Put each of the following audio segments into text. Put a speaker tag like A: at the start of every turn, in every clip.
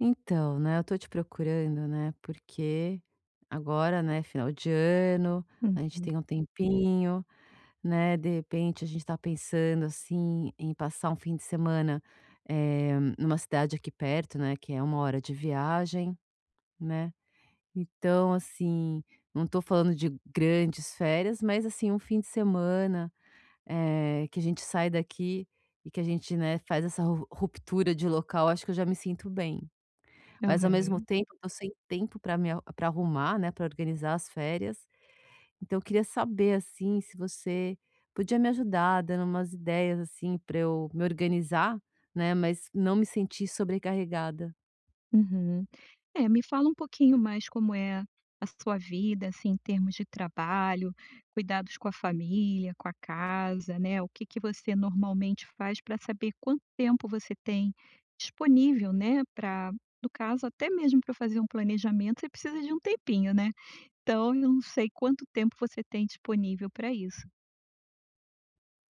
A: Então, né, eu tô te procurando, né, porque agora, né, final de ano, a gente
B: Uhum.
A: tem um tempinho, né, de repente a gente tá pensando, assim, em passar um fim de semana, numa cidade aqui perto, né, que é uma hora de viagem, né. Então, assim, não tô falando de grandes férias, mas, assim, um fim de semana, que a gente sai daqui e que a gente, né, faz essa ru ruptura de local, acho que eu já me sinto bem. Mas ao mesmo
B: Aham.
A: tempo eu tô sem tempo para me para arrumar, né, para organizar as férias. Então eu queria saber, assim, se você podia me ajudar dando umas ideias, assim, para eu me organizar, né, mas não me sentir sobrecarregada.
B: Uhum. É, me fala um pouquinho mais como é a sua vida, assim, em termos de trabalho, cuidados com a família, com a casa, né, o que que você normalmente faz para saber quanto tempo você tem disponível, né, para, no caso, até mesmo para fazer um planejamento, você precisa de um tempinho, né. Então, eu não sei quanto tempo você tem disponível para isso.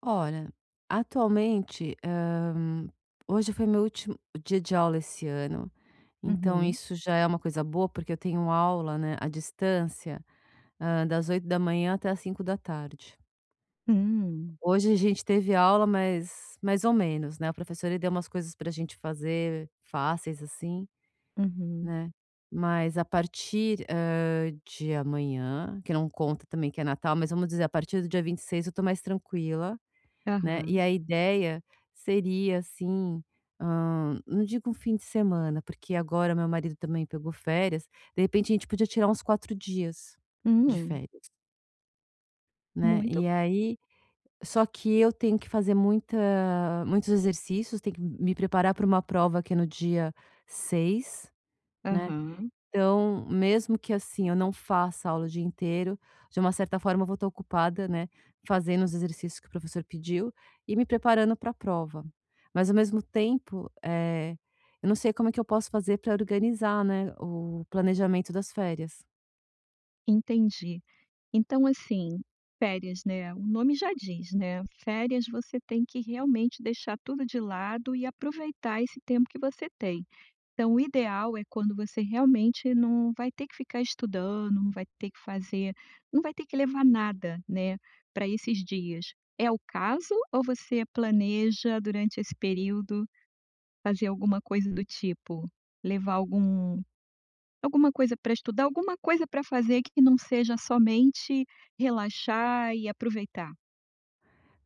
A: Olha, atualmente, hoje foi meu último dia de aula esse ano, então
B: Uhum.
A: isso já é uma coisa boa, porque eu tenho aula, né, à distância, das 8 da manhã até as 5 da tarde.
B: Hum.
A: Hoje a gente teve aula, mas mais ou menos, né, o professor ele deu umas coisas para a gente fazer fáceis, assim,
B: Uhum.
A: né, mas a partir, de amanhã, que não conta também que é Natal, mas vamos dizer, a partir do dia 26, eu tô mais tranquila, né, e
B: Aham.
A: a ideia seria, assim, não digo um fim de semana, porque agora meu marido também pegou férias, de repente a gente podia tirar uns 4 dias de
B: Hum.
A: férias, né,
B: Muito
A: e aí. Só que eu tenho que fazer muita muitos exercícios, tenho que me preparar para uma prova que é no dia 6, né.
B: Aham.
A: Então, mesmo que, assim, eu não faça aula o dia inteiro, de uma certa forma eu vou estar ocupada, né, fazendo os exercícios que o professor pediu e me preparando para a prova. Mas ao mesmo tempo, eu não sei como é que eu posso fazer para organizar, né, o planejamento das férias.
B: Entendi. Então assim, férias, né, o nome já diz, né, férias você tem que realmente deixar tudo de lado e aproveitar esse tempo que você tem. Então o ideal é quando você realmente não vai ter que ficar estudando, não vai ter que fazer não vai ter que levar nada, né, para esses dias. É o caso ou você planeja durante esse período fazer alguma coisa do tipo, levar alguma coisa para estudar, alguma coisa para fazer que não seja somente relaxar e aproveitar.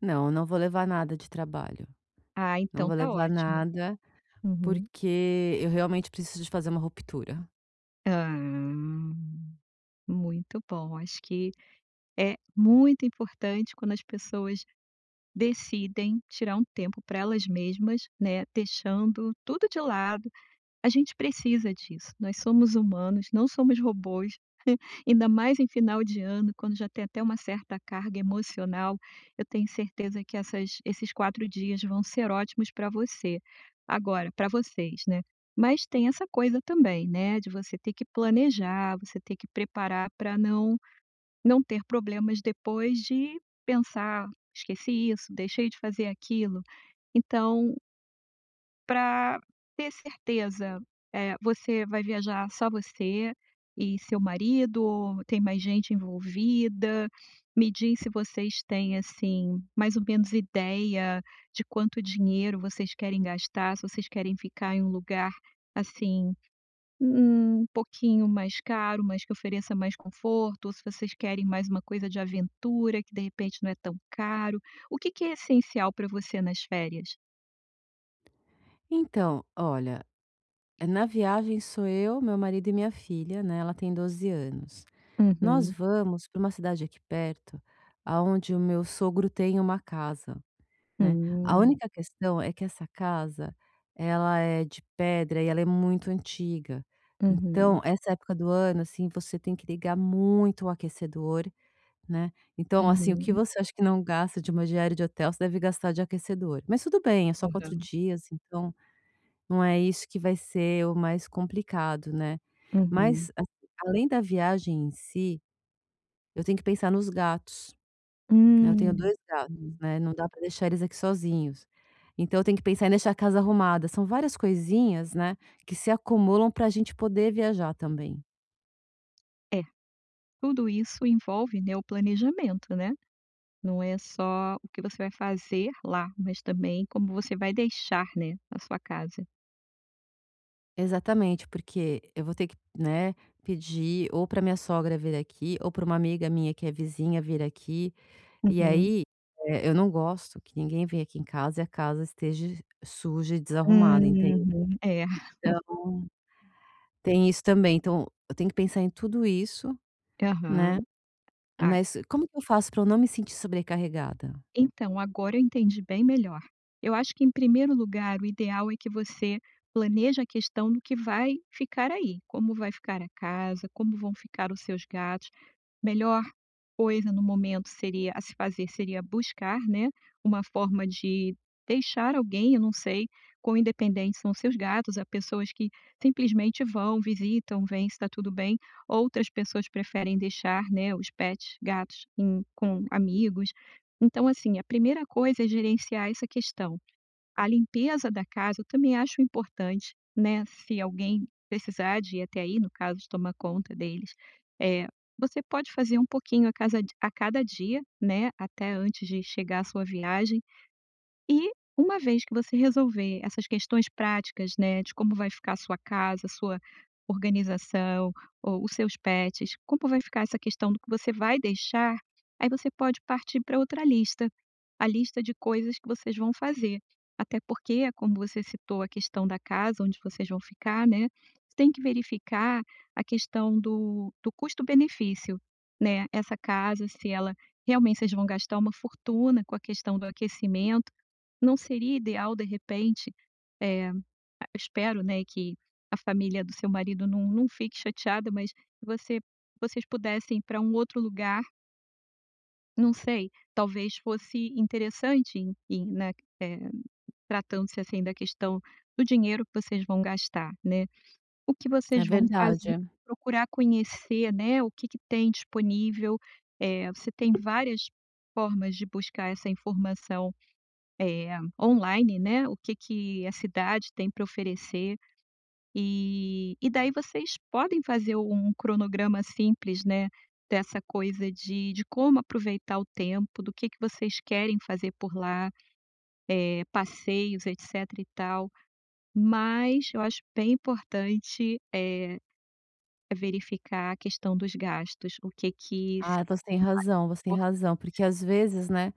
A: Não, não vou levar nada de trabalho,
B: Ah,
A: não
B: então
A: vou
B: tá
A: levar
B: ótimo.
A: nada.
B: Uhum.
A: Porque eu realmente preciso de fazer uma ruptura.
B: Ah, muito bom. Acho que é muito importante quando as pessoas decidem tirar um tempo para elas mesmas, né, deixando tudo de lado. A gente precisa disso. Nós somos humanos, não somos robôs. Ainda mais em final de ano, quando já tem até uma certa carga emocional, eu tenho certeza que essas esses 4 dias vão ser ótimos para você. Agora, para vocês, né. Mas tem essa coisa também, né, de você ter que planejar, você ter que preparar para não ter problemas depois de pensar: "Ah, esqueci isso, deixei de fazer aquilo". Então para ter certeza, você vai viajar só você e seu marido ou tem mais gente envolvida? Me diz se vocês têm, assim, mais ou menos ideia de quanto dinheiro vocês querem gastar, se vocês querem ficar em um lugar, assim, um pouquinho mais caro, mas que ofereça mais conforto, ou se vocês querem mais uma coisa de aventura, que de repente não é tão caro. O que que é essencial para você nas férias?
A: Então, olha, na viagem sou eu, meu marido e minha filha, né, ela tem 12 anos. Nós
B: Uhum.
A: vamos para uma cidade aqui perto, aonde o meu sogro tem uma casa, né. A
B: Hum.
A: única questão é que essa casa, ela é de pedra e ela é muito antiga. Então,
B: Uhum,
A: essa época do ano, assim, você tem que ligar muito o aquecedor. Né, então assim, o que
B: uhum,
A: você acha que não gasta de uma diária de hotel, você deve gastar de aquecedor. Mas tudo bem, é só 4
B: Aham.
A: dias, então não é isso que vai ser o mais complicado, né.
B: Uhum.
A: Mas, assim, além da viagem em si, eu tenho que pensar nos gatos, né, eu tenho
B: Hum,
A: 2 gatos,
B: hum.
A: né, não dá para deixar eles aqui sozinhos. Então eu tenho que pensar em deixar a casa arrumada, são várias coisinhas, né, que se acumulam para a gente poder viajar também.
B: É, tudo isso envolve, né, o planejamento, né. Não é só o que você vai fazer lá, mas também como você vai deixar, né, a sua casa.
A: Exatamente, porque eu vou ter que, né, pedir ou para minha sogra vir aqui, ou para uma amiga minha que é vizinha vir aqui, e
B: Uhum,
A: aí, eu não gosto que ninguém venha aqui em casa e a casa esteja suja e desarrumada, entende?
B: uhum, é,
A: Então, tem isso também. Então, eu tenho que pensar em tudo isso, né,
B: aham. Ah,
A: mas como que eu faço para eu não me sentir sobrecarregada?
B: então agora eu entendi bem melhor. Eu acho que em primeiro lugar o ideal é que você planeje a questão do que vai ficar aí, como vai ficar a casa, como vão ficar os seus gatos. Melhor coisa no momento seria a se fazer seria buscar, né, uma forma de deixar alguém, eu não sei, quão independentes são seus gatos. Há pessoas que simplesmente vão, visitam, vêm se está tudo bem, outras pessoas preferem deixar, né, os pets, gatos em com amigos. Então, assim, a primeira coisa é gerenciar essa questão. A limpeza da casa eu também acho importante, né, se alguém precisar de ir até aí, no caso de tomar conta deles, eh, você pode fazer um pouquinho a casa a cada dia, né, até antes de chegar à sua viagem. E uma vez que você resolver essas questões práticas, né, de como vai ficar a sua casa, a sua organização, ou os seus pets, como vai ficar essa questão do que você vai deixar, aí você pode partir para outra lista, a lista de coisas que vocês vão fazer. Até porque, é como você citou a questão da casa onde vocês vão ficar, né, você tem que verificar a questão do custo-benefício, né, essa casa, se ela realmente vocês vão gastar uma fortuna com a questão do aquecimento, não seria ideal, de repente, eh, espero, né, que a família do seu marido não fique chateada, mas que vocês pudessem ir pra um outro lugar, não sei, talvez fosse interessante em, né, eh, tratando-se, assim, da questão do dinheiro que vocês vão gastar, né. O que
A: É
B: vocês vão
A: verdade.
B: fazer, procurar conhecer, né, o que que tem disponível, você tem várias formas de buscar essa informação. É, online, né, o que que a cidade tem para oferecer, e daí vocês podem fazer um cronograma simples, né, dessa coisa de como aproveitar o tempo, do que vocês querem fazer por lá, passeios, etcétera e tal, mas eu acho bem importante, verificar a questão dos gastos, o que que
A: Ah,
B: seria um
A: você tem
B: valor
A: razão, porque às vezes, né,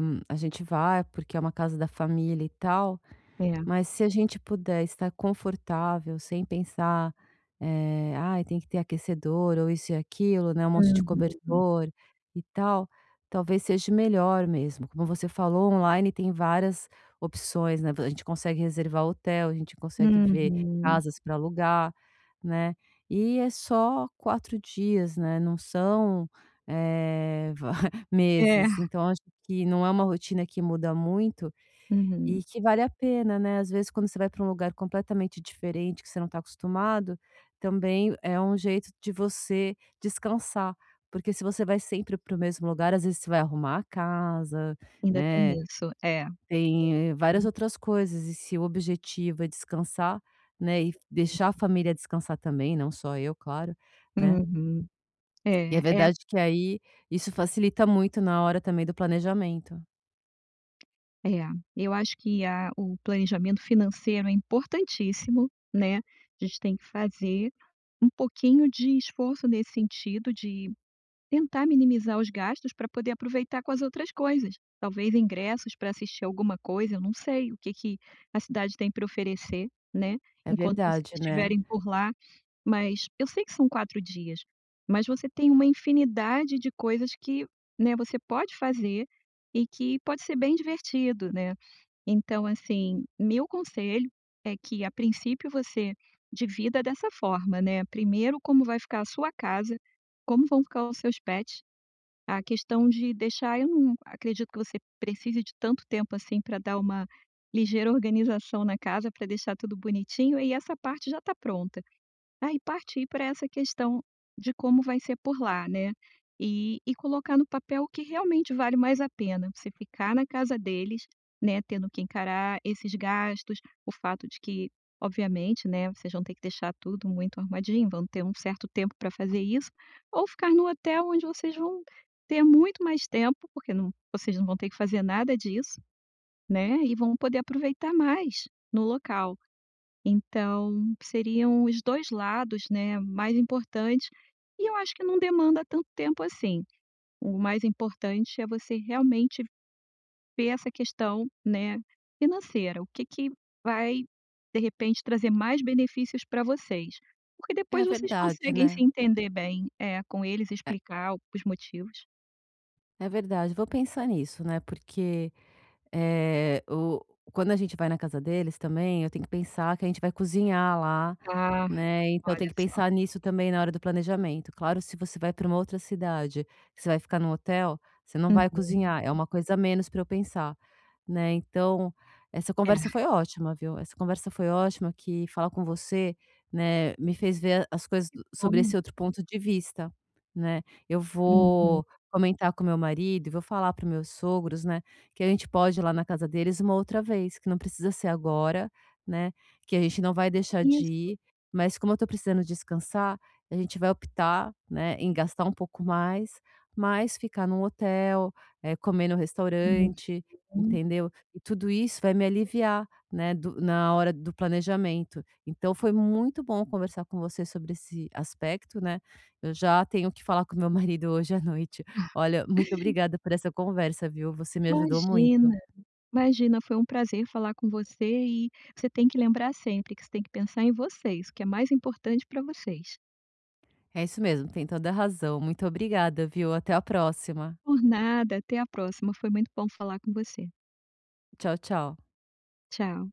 A: a gente vai porque é uma casa da família e tal.
B: é.
A: Mas se a gente puder estar confortável, sem pensar, "Ai, tem que ter aquecedor", ou isso e aquilo, né, um monte de
B: Uhum,
A: cobertor e tal, talvez seja melhor mesmo. Como você falou, online tem várias opções, né, a gente consegue reservar hotel, a gente consegue ver
B: uhum.
A: casas para alugar, né. E é só 4 dias, né, não são, va
B: É,
A: meses. Então acho que não é uma rotina que muda muito
B: uhum,
A: e que vale a pena, né, às vezes quando você vai para um lugar completamente diferente, que você não está acostumado, também é um jeito de você descansar, porque se você vai sempre para o mesmo lugar, às vezes você vai arrumar a casa,
B: ainda
A: né,
B: tem isso, é.
A: tem várias
B: Uhum.
A: outras coisas e se o objetivo é descansar, né, e deixar a família descansar também, não só eu, claro, né.
B: Uhum.
A: E
B: É,
A: é
B: é,
A: verdade que aí isso facilita muito na hora também do planejamento.
B: é. Eu acho que a o planejamento financeiro é importantíssimo, né. A gente tem que fazer um pouquinho de esforço nesse sentido de tentar minimizar os gastos para poder aproveitar com as outras coisas. Talvez ingressos para assistir alguma coisa, eu não sei o que que a cidade tem para oferecer, né,
A: É
B: enquanto vocês
A: verdade, né.
B: estiverem por lá. Mas eu sei que são 4 dias, mas você tem uma infinidade de coisas que, né, você pode fazer e que pode ser bem divertido, né. Então, assim, meu conselho é que, a princípio, você divida dessa forma, né. Primeiro, como vai ficar a sua casa, como vão ficar os seus pets. A questão de deixar eu não acredito que você precise de tanto tempo assim para dar uma ligeira organização na casa, para deixar tudo bonitinho, e essa parte já está pronta. Aí partir para essa questão de como vai ser por lá, né. E colocar no papel o que realmente vale mais a pena, você ficar na casa deles, né, tendo que encarar esses gastos, o fato de que, obviamente, né, vocês vão ter que deixar tudo muito armadinho, vão ter um certo tempo para fazer isso, ou ficar no hotel onde vocês vão ter muito mais tempo, porque vocês não vão ter que fazer nada disso, né, e vão poder aproveitar mais no local. Então, seriam os 2 lados, né, mais importantes, e eu acho que não demanda tanto tempo assim. O mais importante é você realmente ver essa questão, né, financeira, o que que vai, de repente, trazer mais benefícios para vocês, porque
A: É
B: depois vocês
A: verdade,
B: conseguem
A: né.
B: se entender bem, é, com eles, explicar o os motivos.
A: É verdade, vou pensar nisso, né? Porque eh, o quando a gente vai na casa deles também, eu tenho que pensar que a gente vai cozinhar lá,
B: Ah,
A: né, então tem
B: olha
A: que
B: só.
A: pensar nisso também na hora do planejamento. Claro, se você vai para uma outra cidade, que você vai ficar num hotel, você não vai cozinhar, é
B: Uhum.
A: uma coisa a menos para eu pensar, né. Então, essa
B: É,
A: conversa foi ótima, viu. Essa conversa foi ótima, que falar com você, né, me fez ver as coisas do sobre
B: bom.
A: esse outro ponto de vista, né. Eu
B: Uhum.
A: vou comentar com meu marido, vou falar para meus sogros, né, que a gente pode ir lá na casa deles uma outra vez, que não precisa ser agora, né, que a gente não vai deixar de
B: Isso.
A: ir, mas como eu tô precisando descansar, a gente vai optar, né, em gastar um pouco mais, mas ficar num hotel, comer no restaurante,
B: Uhum.
A: entendeu? E tudo isso vai me aliviar, né, do na hora do planejamento. Então foi muito bom conversar com você sobre esse aspecto, né, eu já tenho que falar com meu marido hoje à noite. Olha, muito obrigada por essa conversa, viu? Você me ajudou muito.
B: Imagina. Imagina, foi um prazer falar com você e você tem que lembrar sempre que você tem que pensar em vocês, o que é mais importante para vocês.
A: É isso mesmo, tem toda a razão. Muito obrigada, viu? Até a próxima.
B: Por nada, até a próxima. Foi muito bom falar com você.
A: Tchau, tchau.
B: Tchau.